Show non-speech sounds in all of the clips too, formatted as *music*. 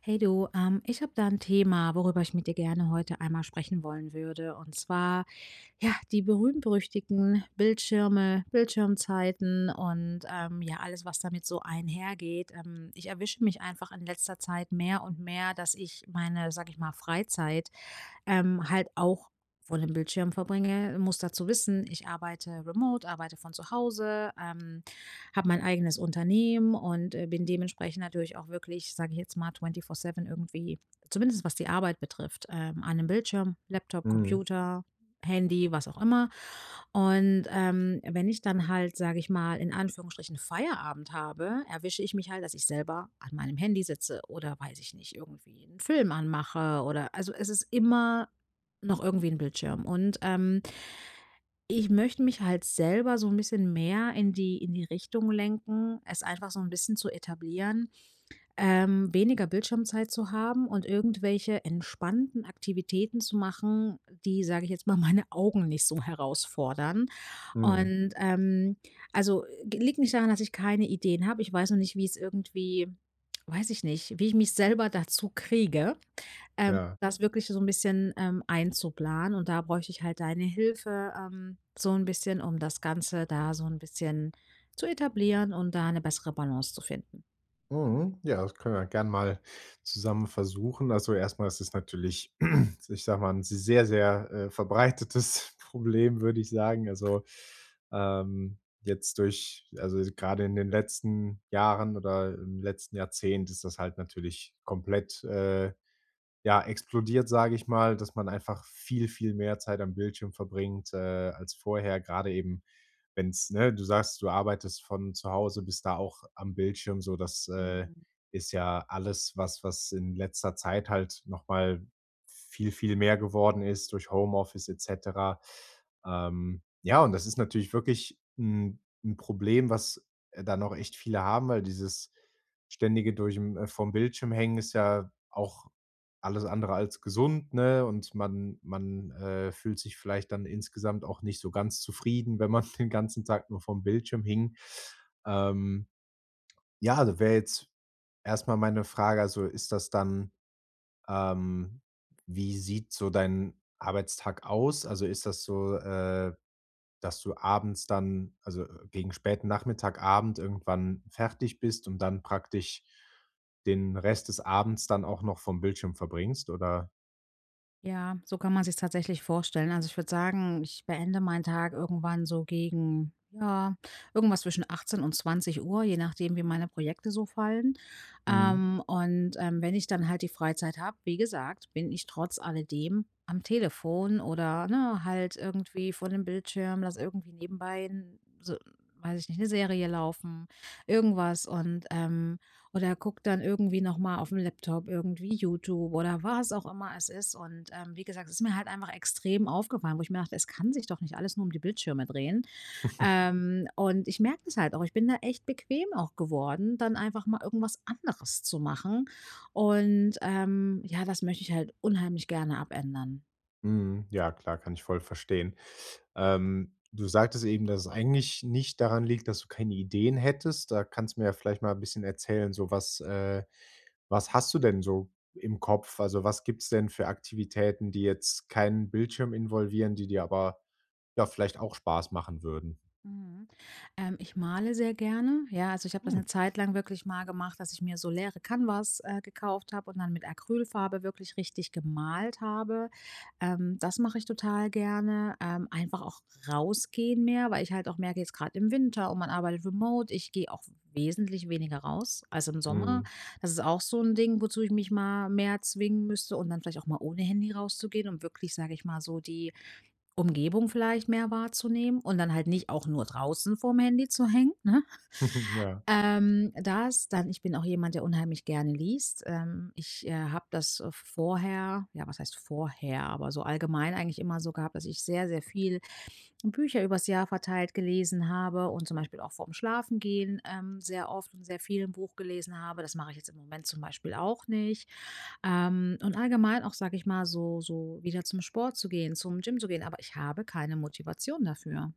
Hey du, ich habe da ein Thema, worüber ich mit dir gerne heute einmal sprechen wollen würde. Und zwar, ja, die berühmt-berüchtigten Bildschirme, Bildschirmzeiten und, ja, alles, was damit so einhergeht. Ich erwische mich einfach in letzter Zeit mehr und mehr, dass ich meine, sage ich mal, Freizeit, halt auch vor dem Bildschirm verbringe. Muss dazu wissen, ich arbeite remote, arbeite von zu Hause, habe mein eigenes Unternehmen und bin dementsprechend natürlich auch wirklich, sage ich jetzt mal, 24/7 irgendwie, zumindest was die Arbeit betrifft, an einem Bildschirm, Laptop, Mhm, Computer, Handy, was auch immer. Und wenn ich dann halt, sage ich mal, in Anführungsstrichen Feierabend habe, erwische ich mich halt, dass ich selber an meinem Handy sitze oder weiß ich nicht, irgendwie einen Film anmache oder also es ist immer noch irgendwie ein Bildschirm. Und ich möchte mich halt selber so ein bisschen mehr in die Richtung lenken, es einfach so ein bisschen zu etablieren, weniger Bildschirmzeit zu haben und irgendwelche entspannten Aktivitäten zu machen, die, sage ich jetzt mal, *laughs* meine Augen nicht so herausfordern. mhm, Und, also, g liegt nicht daran, dass ich keine Ideen habe. Ich weiß nur nicht, wie es irgendwie weiß ich nicht, wie ich mich selber dazu kriege, ja. das wirklich so ein bisschen, einzuplanen und da bräuchte ich halt deine Hilfe, so ein bisschen, um das Ganze da so ein bisschen zu etablieren und da eine bessere Balance zu finden. Mhm, ja, das können wir gern mal zusammen versuchen. Also, erstmal ist es natürlich, *clears throat* ich sage mal, ein sehr, sehr, verbreitetes *laughs* Problem, würde ich sagen. Also, gerade in den letzten Jahren oder im letzten Jahrzehnt ist das halt natürlich komplett, ja, explodiert, sage ich mal, dass man einfach viel, viel mehr Zeit am Bildschirm verbringt, als vorher. Gerade eben, du sagst, du arbeitest von zu Hause, bis da auch am Bildschirm so. Das, ist ja alles, was in letzter Zeit halt noch mal viel, viel mehr geworden ist durch Homeoffice et cetera. Ja, und das ist natürlich wirklich ein 'n Problem, was, dann auch echt viele haben, weil dieses ständige durch'm vom Bildschirm hängen ist ja auch alles andere als gesund, ne? Und man fühlt sich vielleicht dann insgesamt auch nicht so ganz zufrieden, wenn man *laughs* den ganzen Tag nur vorm Bildschirm hing. Ähm, ja, also wäre jetzt erstmal meine Frage, also ist das dann ähm, wie sieht so dein Arbeitstag aus? Also, ist das so, dass du abends dann also, gegen späten Nachmittag, Abend irgendwann fertig bist und dann praktisch den Rest des Abends dann auch noch vorm Bildschirm verbringst, oder? Ja, so kann man sich's tatsächlich vorstellen. Also, ich würde sagen, ich beende meinen Tag irgendwann so gegen, ja, irgendwas zwischen 18 und 20 Uhr, je nachdem, wie meine Projekte so fallen. Mhm. Und, wenn ich dann halt die Freizeit habe, wie gesagt, bin ich trotz alledem am Telefon oder, ne, halt irgendwie vor dem Bildschirm, lass irgendwie nebenbei 'n so weiß ich nicht, eine Serie laufen, irgendwas und, oder guckt dann irgendwie noch mal dem Laptop irgendwie YouTube oder was auch immer es ist. Und, wie gesagt, es ist mir halt einfach extrem aufgefallen, wo ich mir dachte: „Es kann sich doch nicht alles nur um die Bildschirme drehen.“ und ich merke das halt auch. Ich bin da echt bequem auch geworden, dann einfach mal irgendwas anderes zu machen. Und, ja, das möchte ich halt unheimlich gerne abändern. Mhm. Ja, klar, kann ich voll verstehen. Du sagtest eben, dass es eigentlich nicht daran liegt, dass du keine Ideen hättest. Da kannst du mir ja vielleicht mal ein bisschen erzählen, was hast du denn so im Kopf? Also, was gibt's denn für Aktivitäten, die jetzt keinen Bildschirm involvieren, die dir aber, ja, vielleicht auch Spaß machen würden? Mhm. Ich male sehr gerne. Ja, also ich habe das Hm, eine Zeit lang wirklich mal gemacht, dass ich mir so leere Canvas gekauft habe und dann mit Acrylfarbe wirklich richtig gemalt habe. Das mache ich total gerne. Einfach auch rausgehen mehr, weil ich halt auch merke, jetzt gerade im Winter und man arbeitet remote, ich gehe auch wesentlich weniger raus als im Sommer. mhm. Das ist auch so ein Ding, wozu ich mich mal mehr zwingen müsste und dann vielleicht auch mal ohne Handy rauszugehen, um wirklich, sage ich mal, so die Umgebung vielleicht mehr wahrzunehmen und dann halt nicht auch nur draußen vorm Handy zu hängen, ne? *laughs* Ja. Das, dann ich bin auch jemand, der unheimlich gerne liest. Ich, habe das, vorher ja, was heißt vorher, aber so allgemein eigentlich immer so gehabt, dass ich sehr, sehr viel Bücher übers Jahr verteilt gelesen habe und zum Beispiel auch vorm Schlafengehen, sehr oft und sehr viel 'n Buch gelesen habe. Das mache ich jetzt im Moment zum Beispiel auch nicht. Und allgemein auch, sage ich mal, so so wieder zum Sport zu gehen, zum Gym zu gehen, aber ich habe keine Motivation dafür.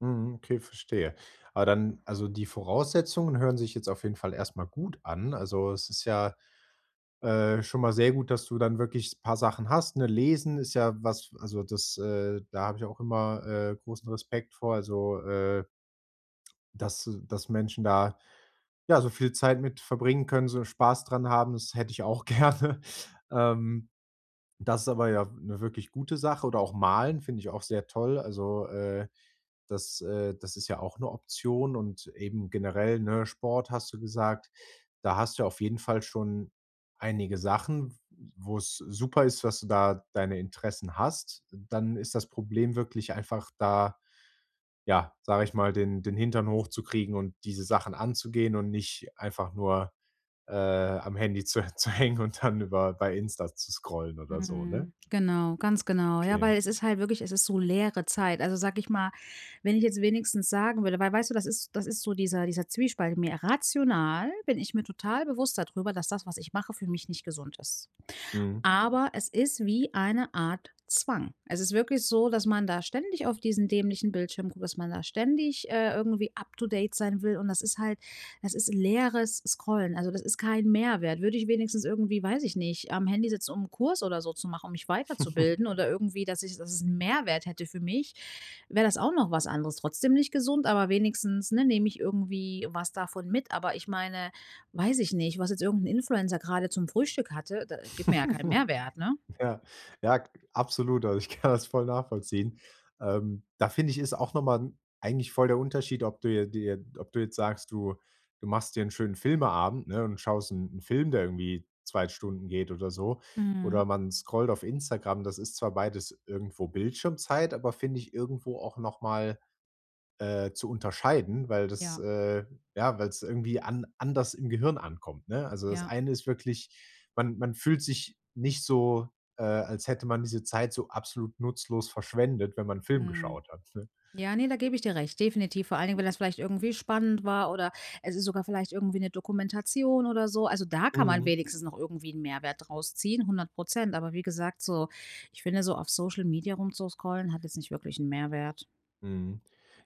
Mhm, okay, verstehe. Aber dann also, die Voraussetzungen hören sich jetzt auf jeden Fall erstmal gut an. Also, es ist ja, schon mal sehr gut, dass du dann wirklich ein paar Sachen hast, ne? Lesen ist ja was, also, da habe ich auch immer, großen Respekt vor. Also, dass Menschen da, ja, so viel Zeit mit verbringen können, so Spaß dran haben, das hätte ich auch *laughs* gerne. Ähm das ist aber ja eine wirklich gute Sache, oder auch malen finde ich auch sehr toll. Also, das ist ja auch eine Option, und eben generell, ne, Sport hast du gesagt. Da hast du auf jeden Fall schon einige Sachen, wo es super ist, dass du da deine Interessen hast. Dann ist das Problem wirklich einfach da, ja, sage ich mal, den Hintern hochzukriegen und diese Sachen anzugehen und nicht einfach nur am Handy zu *laughs* zu hängen und dann über bei Insta zu scrollen oder so, ne? Mhm. Genau, ganz genau. Ja, Okay. weil es ist halt wirklich es ist so leere Zeit. Also, sage ich mal, wenn ich jetzt wenigstens sagen würde weil weißt du, das ist so dieser Zwiespalt. Mir rational bin ich mir total bewusst darüber, dass das, was ich mache, für mich nicht gesund ist. Mhm. Aber es ist wie eine Art Zwang. Es ist wirklich so, dass man da ständig auf diesen dämlichen Bildschirm guckt, dass man da ständig, irgendwie up to date sein will und das ist halt das ist leeres Scrollen. Also, das ist kein Mehrwert. Würde ich wenigstens irgendwie, weiß ich nicht, am Handy sitzen, um 'n Kurs oder so zu machen, um mich weiterzubilden oder irgendwie, dass ich dass es 'n Mehrwert hätte für mich, wäre das auch noch was anderes. Trotzdem nicht gesund, aber wenigstens, ne, nehme ich irgendwie was davon mit. Aber ich meine weiß ich nicht, was jetzt irgendein Influencer gerade zum Frühstück hatte, da gibt mir ja keinen Mehrwert, ne? *laughs* Ja, ja, k absolut. Also, ich *laughs* kann das voll nachvollziehen. Da finde ich, ist auch noch mal eigentlich voll der Unterschied, ob du jetzt sagst, du machst dir einen schönen Filmeabend, ne, und schaust einen 'n Film, der irgendwie 2 Stunden geht oder so, oder Mhm. man scrollt auf Instagram. Das ist zwar beides irgendwo Bildschirmzeit, aber finde ich irgendwo auch noch mal zu unterscheiden, weil das Ja, ja, weil es irgendwie an anders im Gehirn ankommt, ne? Also, das ja. eine ist wirklich, man fühlt sich nicht so, als hätte man diese Zeit so absolut nutzlos verschwendet, wenn man 'n Film Mhm. geschaut hat, ne? Ja, ne, da gebe ich dir recht, definitiv. Vor allen Dingen, wenn das vielleicht irgendwie spannend war oder es ist sogar vielleicht irgendwie eine Dokumentation oder so. Also, da kann man Mhm, wenigstens noch irgendwie einen Mehrwert draus ziehen, 100%. Aber wie gesagt, so ich finde, so auf Social Media rumzuscrollen hat jetzt nicht wirklich einen Mehrwert. mhm.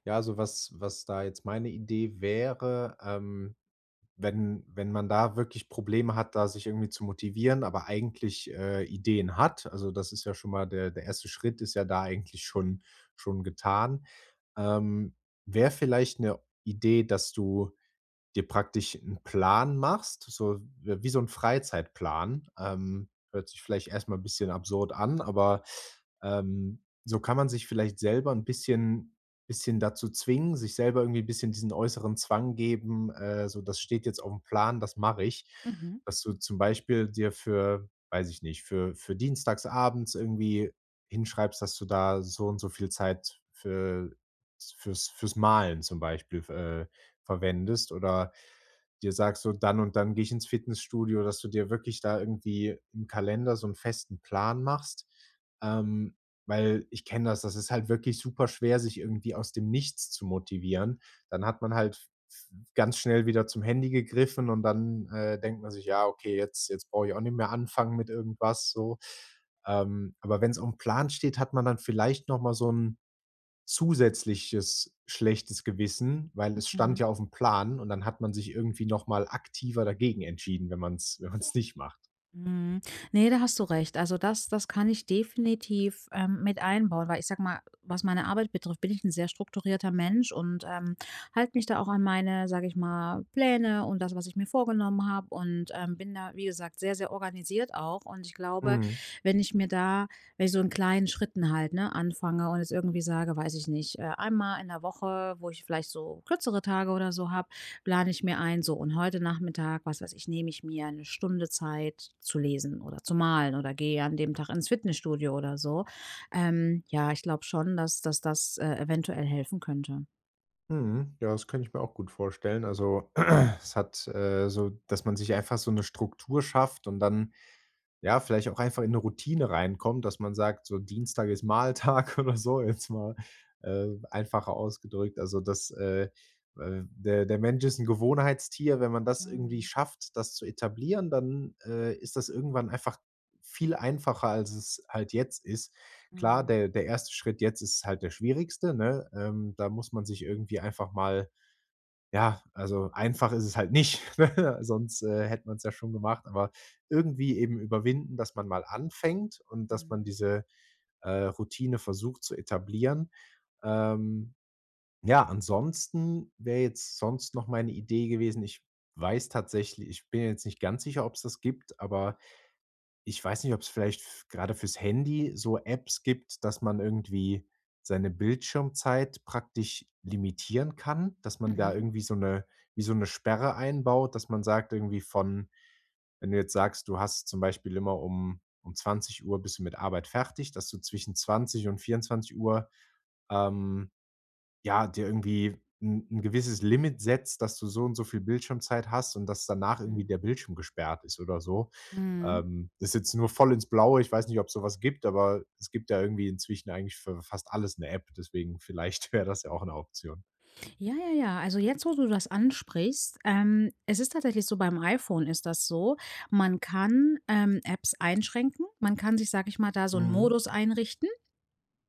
Ja, also was da jetzt meine Idee wäre, wenn man da wirklich Probleme hat, da sich irgendwie zu motivieren, aber eigentlich, Ideen hat, also, das ist ja schon mal der erste Schritt, ist ja da eigentlich schon getan. Ähm, wäre vielleicht eine Idee, dass du dir praktisch 'n Plan machst, so w wie so 'n Freizeitplan. Hört sich vielleicht erst mal 'n bisschen absurd an, aber, so kann man sich vielleicht selber 'n bisschen dazu zwingen, sich selber irgendwie 'n bisschen diesen äußeren Zwang geben, so: „Das steht jetzt aufm Plan, das mache ich.“ Mhm, Dass du zum Beispiel dir für, weiß ich nicht, für dienstagsabends irgendwie hinschreibst, dass du da so und so viel Zeit für fürs Malen zum Beispiel, f verwendest, oder dir sagst, so dann und dann gehe ich ins Fitnessstudio, dass du dir wirklich da irgendwie im Kalender so einen festen Plan machst. Ähm, weil ich kenne das, das ist halt wirklich super schwer, sich irgendwie aus dem Nichts zu motivieren. Dann hat man halt v ganz schnell wieder zum Handy gegriffen und dann, denkt man sich: „Ja, okay, jetzt brauche ich auch nicht mehr anfangen mit irgendwas so.“ aber wenn es um Plan steht, hat man dann vielleicht noch mal so 'n zusätzliches schlechtes Gewissen, weil es stand mhm. ja aufm Plan und dann hat man sich irgendwie noch mal aktiver dagegen entschieden, wenn man's nicht macht. Mhm. Ne, da hast du recht. Also das kann ich definitiv, mit einbauen, weil ich sag mal, was meine Arbeit betrifft, bin ich ein sehr strukturierter Mensch und, halte mich da auch an meine, sage ich mal, Pläne und das, was ich mir vorgenommen habe und, bin da, wie gesagt, sehr, sehr organisiert auch. Und ich glaube, Mhm. wenn ich mir da wenn ich so in kleinen Schritten halt, ne, anfange und jetzt irgendwie sage, weiß ich nicht, einmal in der Woche, wo ich vielleicht so kürzere Tage oder so habe, plane ich mir ein, so und heute Nachmittag, was weiß ich, nehme ich mir 1 Stunde Zeit zu lesen oder zu malen oder gehe an dem Tag ins Fitnessstudio oder so. Ja, ich glaube schon, dass dass das, eventuell helfen könnte. Mhm. Ja, das könnte ich mir auch gut vorstellen. Also, *clears throat* es hat, so dass man sich einfach so eine Struktur schafft und dann, ja, vielleicht auch einfach in eine Routine reinkommt, dass man sagt, so Dienstag ist Mahltag *laughs* oder so, jetzt mal, einfacher ausgedrückt. Also, dass, der Mensch ist ein Gewohnheitstier. Wenn man das irgendwie Mhm, schafft, das zu etablieren, dann, ist das irgendwann einfach viel einfacher, als es halt jetzt ist. Klar, mhm, der erste Schritt jetzt ist halt der schwierigste, ne? Da muss man sich irgendwie einfach mal, ja, also einfach ist es halt nicht, *laughs* ne? Sonst, hätte man es ja schon gemacht, aber irgendwie eben überwinden, dass man mal anfängt und dass man mhm, diese, Routine versucht zu etablieren. Ähm, ja, ansonsten wäre jetzt sonst noch meine Idee gewesen. Ich weiß tatsächlich, ich bin jetzt nicht ganz sicher, ob es das gibt, aber ich weiß nicht, ob es vielleicht f grade fürs Handy so Apps gibt, dass man irgendwie seine Bildschirmzeit praktisch limitieren kann, dass man da mhm, irgendwie so eine, wie so eine Sperre einbaut, dass man sagt irgendwie von, wenn du jetzt sagst, du hast zum Beispiel immer um 20 Uhr bist du mit Arbeit fertig, dass du zwischen 20 und 24:00, ähm ja, dir irgendwie ein 'n gewisses Limit setzt, dass du so und so viel Bildschirmzeit hast und dass danach irgendwie mhm. der Bildschirm gesperrt ist oder so. Mhm. Ist jetzt nur voll ins Blaue. Ich weiß nicht, ob so was gibt, aber es gibt ja irgendwie inzwischen eigentlich für fast alles eine App, deswegen vielleicht *laughs* wäre das ja auch eine Option. Ja, ja, ja. Also jetzt, wo du das ansprichst, es ist tatsächlich so, beim iPhone ist das so, man kann, Apps einschränken. Man kann sich, sage ich mal, da so 'n Mhm, Modus einrichten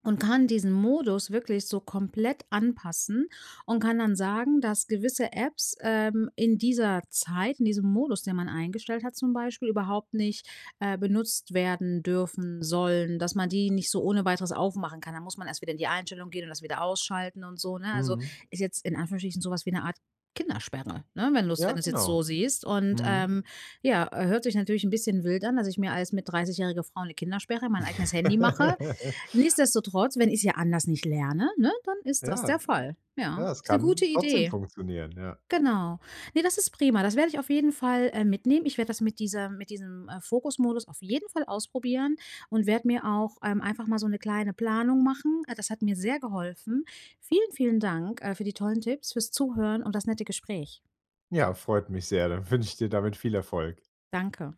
und kann diesen Modus wirklich so komplett anpassen und kann dann sagen, dass gewisse Apps, in dieser Zeit, in diesem Modus, den man eingestellt hat zum Beispiel, überhaupt nicht, benutzt werden dürfen, sollen, dass man die nicht so ohne Weiteres aufmachen kann. Da muss man erst wieder in die Einstellung gehen und das wieder ausschalten und so, ne? Also, mhm. ist jetzt in Anführungsstrichen so was wie eine Art Kindersperre, ne, wenn du's wenn Ja, du's jetzt genau. so siehst. Und, Mhm. Ja, hört sich natürlich ein bisschen wild an, dass ich mir als mit 30-jährige Frau eine Kindersperre mein eigenes Handy mache. *laughs* Nichtsdestotrotz, wenn ich es ja anders nicht lerne, ne, dann ist das der Ja, Fall. Ja, ja, es ist eine gute kann trotzdem Idee. funktionieren, ja. Genau. Ne, das ist prima. Das werde ich auf jeden Fall, mitnehmen. Ich werde das mit dieser mit diesem, Fokusmodus auf jeden Fall ausprobieren und werde mir auch, einfach mal so eine kleine Planung machen. Das hat mir sehr geholfen. Vielen, vielen Dank, für die tollen Tipps, fürs Zuhören und das nette Gespräch. Ja, freut mich sehr. Dann wünsche ich dir damit viel Erfolg. Danke.